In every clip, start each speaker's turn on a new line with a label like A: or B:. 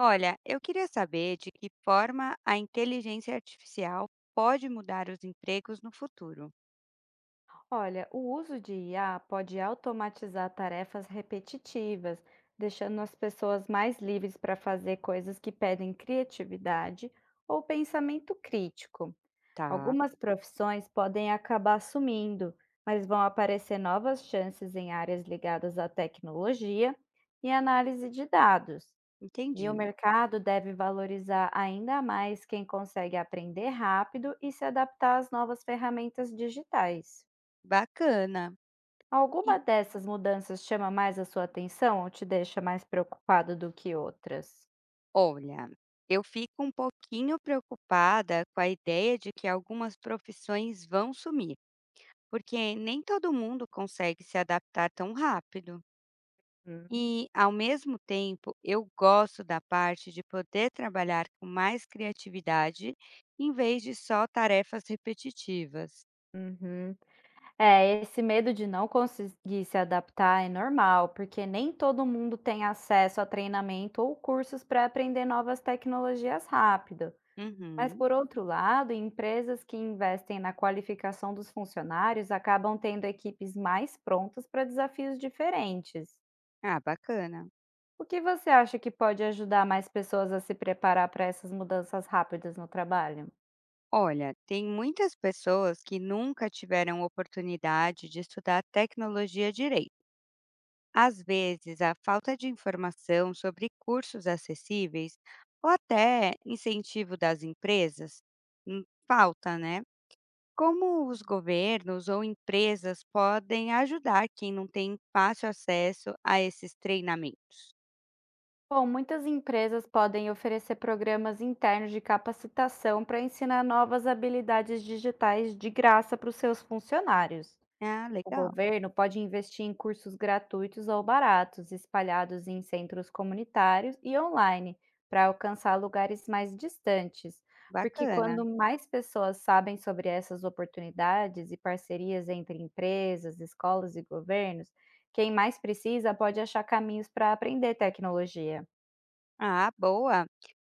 A: Olha, eu queria saber de que forma a inteligência artificial pode mudar os empregos no futuro.
B: Olha, o uso de IA pode automatizar tarefas repetitivas, deixando as pessoas mais livres para fazer coisas que pedem criatividade ou pensamento crítico.
A: Tá,
B: Algumas profissões podem acabar sumindo, mas vão aparecer novas chances em áreas ligadas à tecnologia e análise de dados. E o
A: entendi.
B: mercado deve valorizar ainda mais quem consegue aprender rápido e se adaptar às novas ferramentas digitais.
A: Bacana. E
B: Alguma dessas mudanças chama mais a sua atenção ou te deixa mais preocupado do que outras?
A: olha, eu fico um pouquinho preocupada com a ideia de que algumas profissões vão sumir, porque nem todo mundo consegue se adaptar tão rápido.
B: Hum,
A: E, ao mesmo tempo, eu gosto da parte de poder trabalhar com mais criatividade em vez de só tarefas repetitivas.
B: uhum. É, esse medo de não conseguir se adaptar é normal, porque nem todo mundo tem acesso a treinamento ou cursos para aprender novas tecnologias rápido. Mas,
A: Uhum.
B: por outro lado, empresas que investem na qualificação dos funcionários acabam tendo equipes mais prontas para desafios diferentes.
A: Ah, bacana.
B: O que você acha que pode ajudar mais pessoas a se preparar para essas mudanças rápidas no trabalho?
A: Olha, tem muitas pessoas que nunca tiveram oportunidade de estudar tecnologia direito. Às vezes, a falta de informação sobre cursos acessíveis ou até incentivo das empresas hum, falta, né? Como os governos ou empresas podem ajudar quem não tem fácil acesso a esses treinamentos?
B: Bom, muitas empresas podem oferecer programas internos de capacitação para ensinar novas habilidades digitais de graça para os seus funcionários.
A: Ah,
B: O
A: legal,
B: governo pode investir em cursos gratuitos ou baratos, espalhados em centros comunitários e online, para alcançar lugares mais distantes. Porque
A: bacana.
B: quando mais pessoas sabem sobre essas oportunidades e parcerias entre empresas, escolas e governos, quem mais precisa pode achar caminhos para aprender tecnologia.
A: Ah, boa!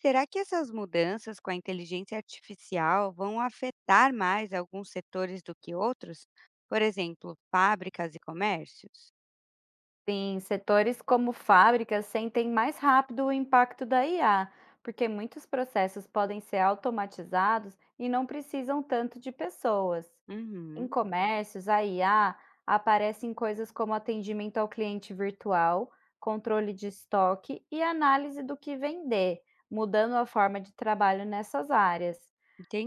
A: Será que essas mudanças com a inteligência artificial vão afetar mais alguns setores do que outros? Por exemplo, fábricas e comércios?
B: Sim, setores como fábricas sentem mais rápido o impacto da IA, porque muitos processos podem ser automatizados e não precisam tanto de pessoas. Em
A: Uhum,
B: comércios, a IA aparece em coisas como atendimento ao cliente virtual, controle de estoque e análise do que vender, mudando a forma de trabalho nessas áreas.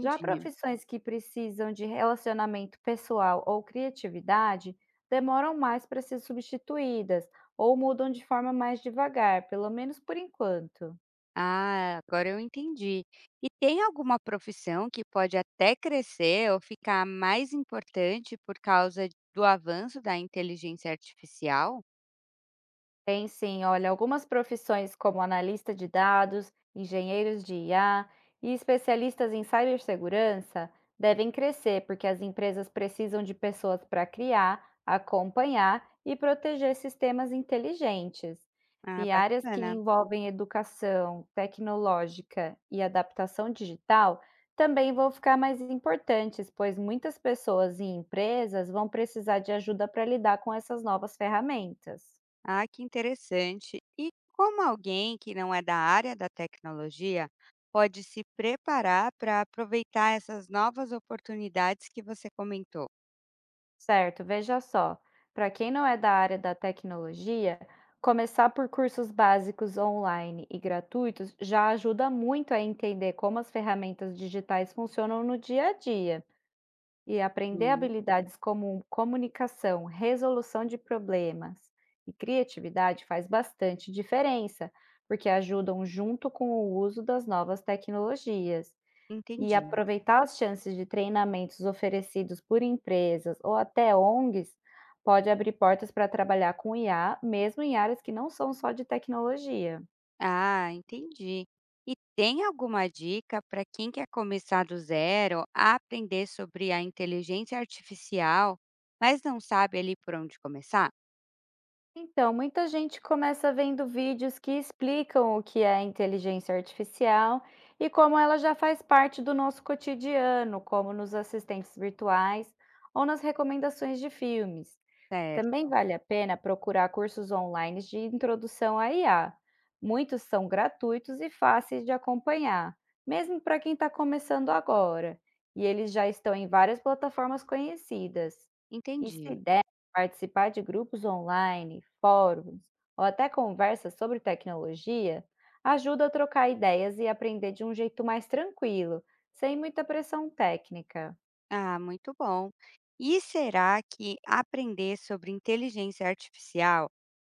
B: Já profissões que precisam de relacionamento pessoal ou criatividade demoram mais para ser substituídas ou mudam de forma mais devagar, pelo menos por enquanto.
A: Ah, agora eu entendi. E tem alguma profissão que pode até crescer ou ficar mais importante por causa do avanço da inteligência artificial?
B: Tem sim, olha, algumas profissões como analista de dados, engenheiros de IA e especialistas em cibersegurança devem crescer porque as empresas precisam de pessoas para criar, acompanhar e proteger sistemas inteligentes.
A: Ah,
B: E áreas que
A: bacana.
B: envolvem educação tecnológica e adaptação digital também vão ficar mais importantes, pois muitas pessoas e empresas vão precisar de ajuda para lidar com essas novas ferramentas.
A: Ah, que interessante. E como alguém que não é da área da tecnologia pode se preparar para aproveitar essas novas oportunidades que você comentou?
B: Certo, veja só. Para quem não é da área da tecnologia, começar por cursos básicos online e gratuitos já ajuda muito a entender como as ferramentas digitais funcionam no dia a dia e aprender
A: Sim.
B: habilidades como comunicação, resolução de problemas e criatividade faz bastante diferença, porque ajudam junto com o uso das novas tecnologias. E
A: Entendi.
B: aproveitar as chances de treinamentos oferecidos por empresas ou até ONGs pode abrir portas para trabalhar com IA, mesmo em áreas que não são só de tecnologia.
A: Ah, entendi. E tem alguma dica para quem quer começar do zero a aprender sobre a inteligência artificial, mas não sabe ali por onde começar?
B: Então, muita gente começa vendo vídeos que explicam o que é inteligência artificial e como ela já faz parte do nosso cotidiano, como nos assistentes virtuais ou nas recomendações de filmes.
A: Certo,
B: Também vale a pena procurar cursos online de introdução à IA. Muitos são gratuitos e fáceis de acompanhar, mesmo para quem está começando agora. E eles já estão em várias plataformas conhecidas. E se
A: entendi.
B: der, participar de grupos online, fóruns ou até conversas sobre tecnologia ajuda a trocar ideias e aprender de um jeito mais tranquilo, sem muita pressão técnica.
A: Ah, muito bom. E será que aprender sobre inteligência artificial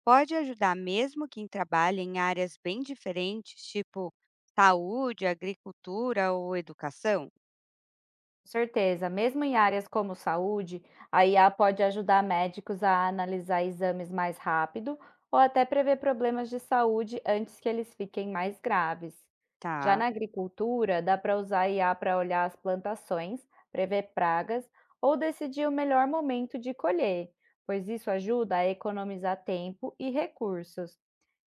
A: pode ajudar mesmo quem trabalha em áreas bem diferentes, tipo saúde, agricultura ou educação?
B: Com certeza, mesmo em áreas como saúde, a IA pode ajudar médicos a analisar exames mais rápido ou até prever problemas de saúde antes que eles fiquem mais graves. Já
A: Tá,
B: na agricultura, dá para usar a IA para olhar as plantações, prever pragas ou decidir o melhor momento de colher, pois isso ajuda a economizar tempo e recursos.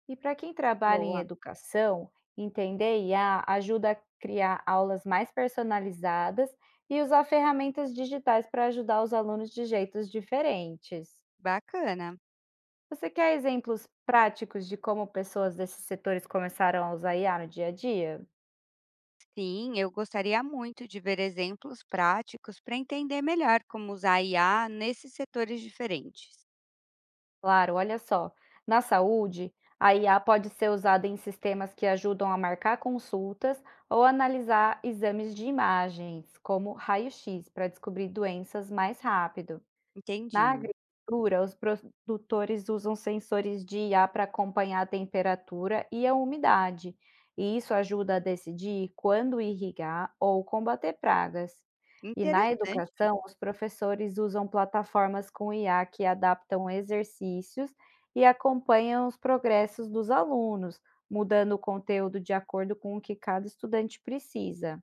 B: E para quem trabalha em
A: boa,
B: educação, entender IA ajuda a criar aulas mais personalizadas e usar ferramentas digitais para ajudar os alunos de jeitos diferentes.
A: bacana.
B: Você quer exemplos práticos de como pessoas desses setores começaram a usar IA no dia a dia?
A: Sim, eu gostaria muito de ver exemplos práticos para entender melhor como usar IA nesses setores diferentes.
B: Claro, olha só. Na saúde, a IA pode ser usada em sistemas que ajudam a marcar consultas ou analisar exames de imagens, como raio-x, para descobrir doenças mais rápido.
A: Entendi.
B: Na agricultura, os produtores usam sensores de IA para acompanhar a temperatura e a umidade, e isso ajuda a decidir quando irrigar ou combater pragas. E na
A: Interessante.
B: educação, os professores usam plataformas com IA que adaptam exercícios e acompanham os progressos dos alunos, mudando o conteúdo de acordo com o que cada estudante precisa.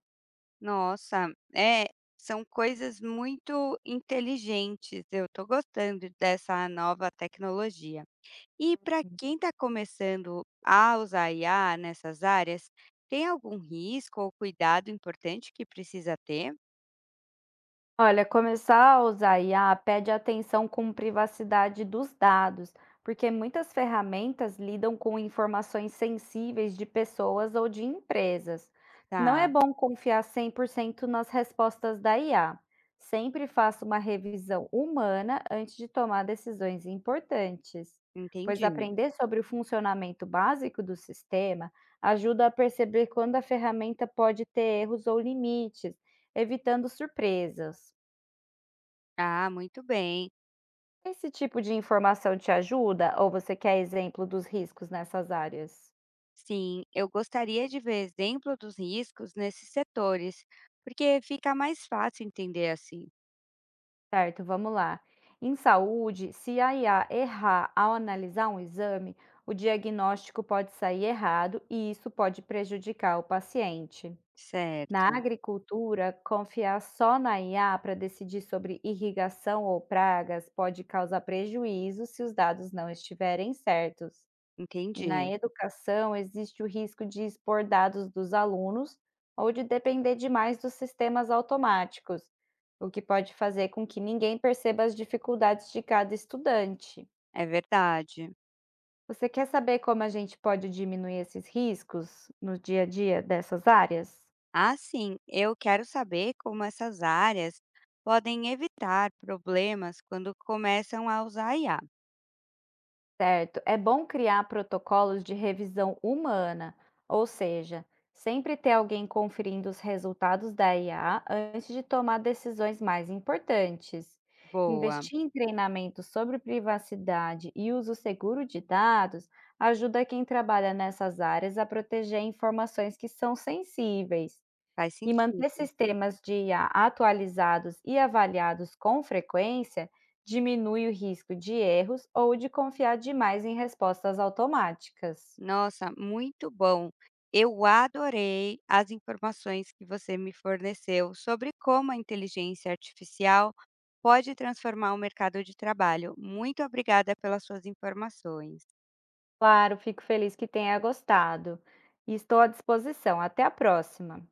A: Nossa, é, são coisas muito inteligentes. Eu estou gostando dessa nova tecnologia. E para quem está começando a usar IA nessas áreas, tem algum risco ou cuidado importante que precisa ter?
B: Olha, começar a usar IA pede atenção com privacidade dos dados, porque muitas ferramentas lidam com informações sensíveis de pessoas ou de empresas. Não é
A: Tá,
B: bom confiar 100% nas respostas da IA. Sempre faça uma revisão humana antes de tomar decisões importantes, pois
A: entendi.
B: aprender sobre o funcionamento básico do sistema ajuda a perceber quando a ferramenta pode ter erros ou limites, evitando surpresas.
A: Ah, muito bem.
B: Esse tipo de informação te ajuda ou você quer exemplo dos riscos nessas áreas?
A: Sim, eu gostaria de ver exemplo dos riscos nesses setores, porque fica mais fácil entender assim.
B: Certo, vamos lá. Em saúde, se a IA errar ao analisar um exame, o diagnóstico pode sair errado e isso pode prejudicar o paciente. Na
A: Certo,
B: agricultura, confiar só na IA para decidir sobre irrigação ou pragas pode causar prejuízo se os dados não estiverem certos. E na
A: entendi.
B: educação existe o risco de expor dados dos alunos ou de depender demais dos sistemas automáticos, o que pode fazer com que ninguém perceba as dificuldades de cada estudante.
A: É verdade.
B: Você quer saber como a gente pode diminuir esses riscos no dia a dia dessas áreas?
A: Assim, eu quero saber como essas áreas podem evitar problemas quando começam a usar IA.
B: Certo. É bom criar protocolos de revisão humana, ou seja, sempre ter alguém conferindo os resultados da IA antes de tomar decisões mais importantes.
A: Boa,
B: Investir em treinamento sobre privacidade e uso seguro de dados ajuda quem trabalha nessas áreas a proteger informações que são sensíveis.
A: faz
B: E manter
A: sentido.
B: sistemas de IA atualizados e avaliados com frequência diminui o risco de erros ou de confiar demais em respostas automáticas.
A: Nossa, muito bom. Eu adorei as informações que você me forneceu sobre como a inteligência artificial pode transformar o mercado de trabalho. Muito obrigada pelas suas informações.
B: Claro, fico feliz que tenha gostado. E estou à disposição. Até a próxima.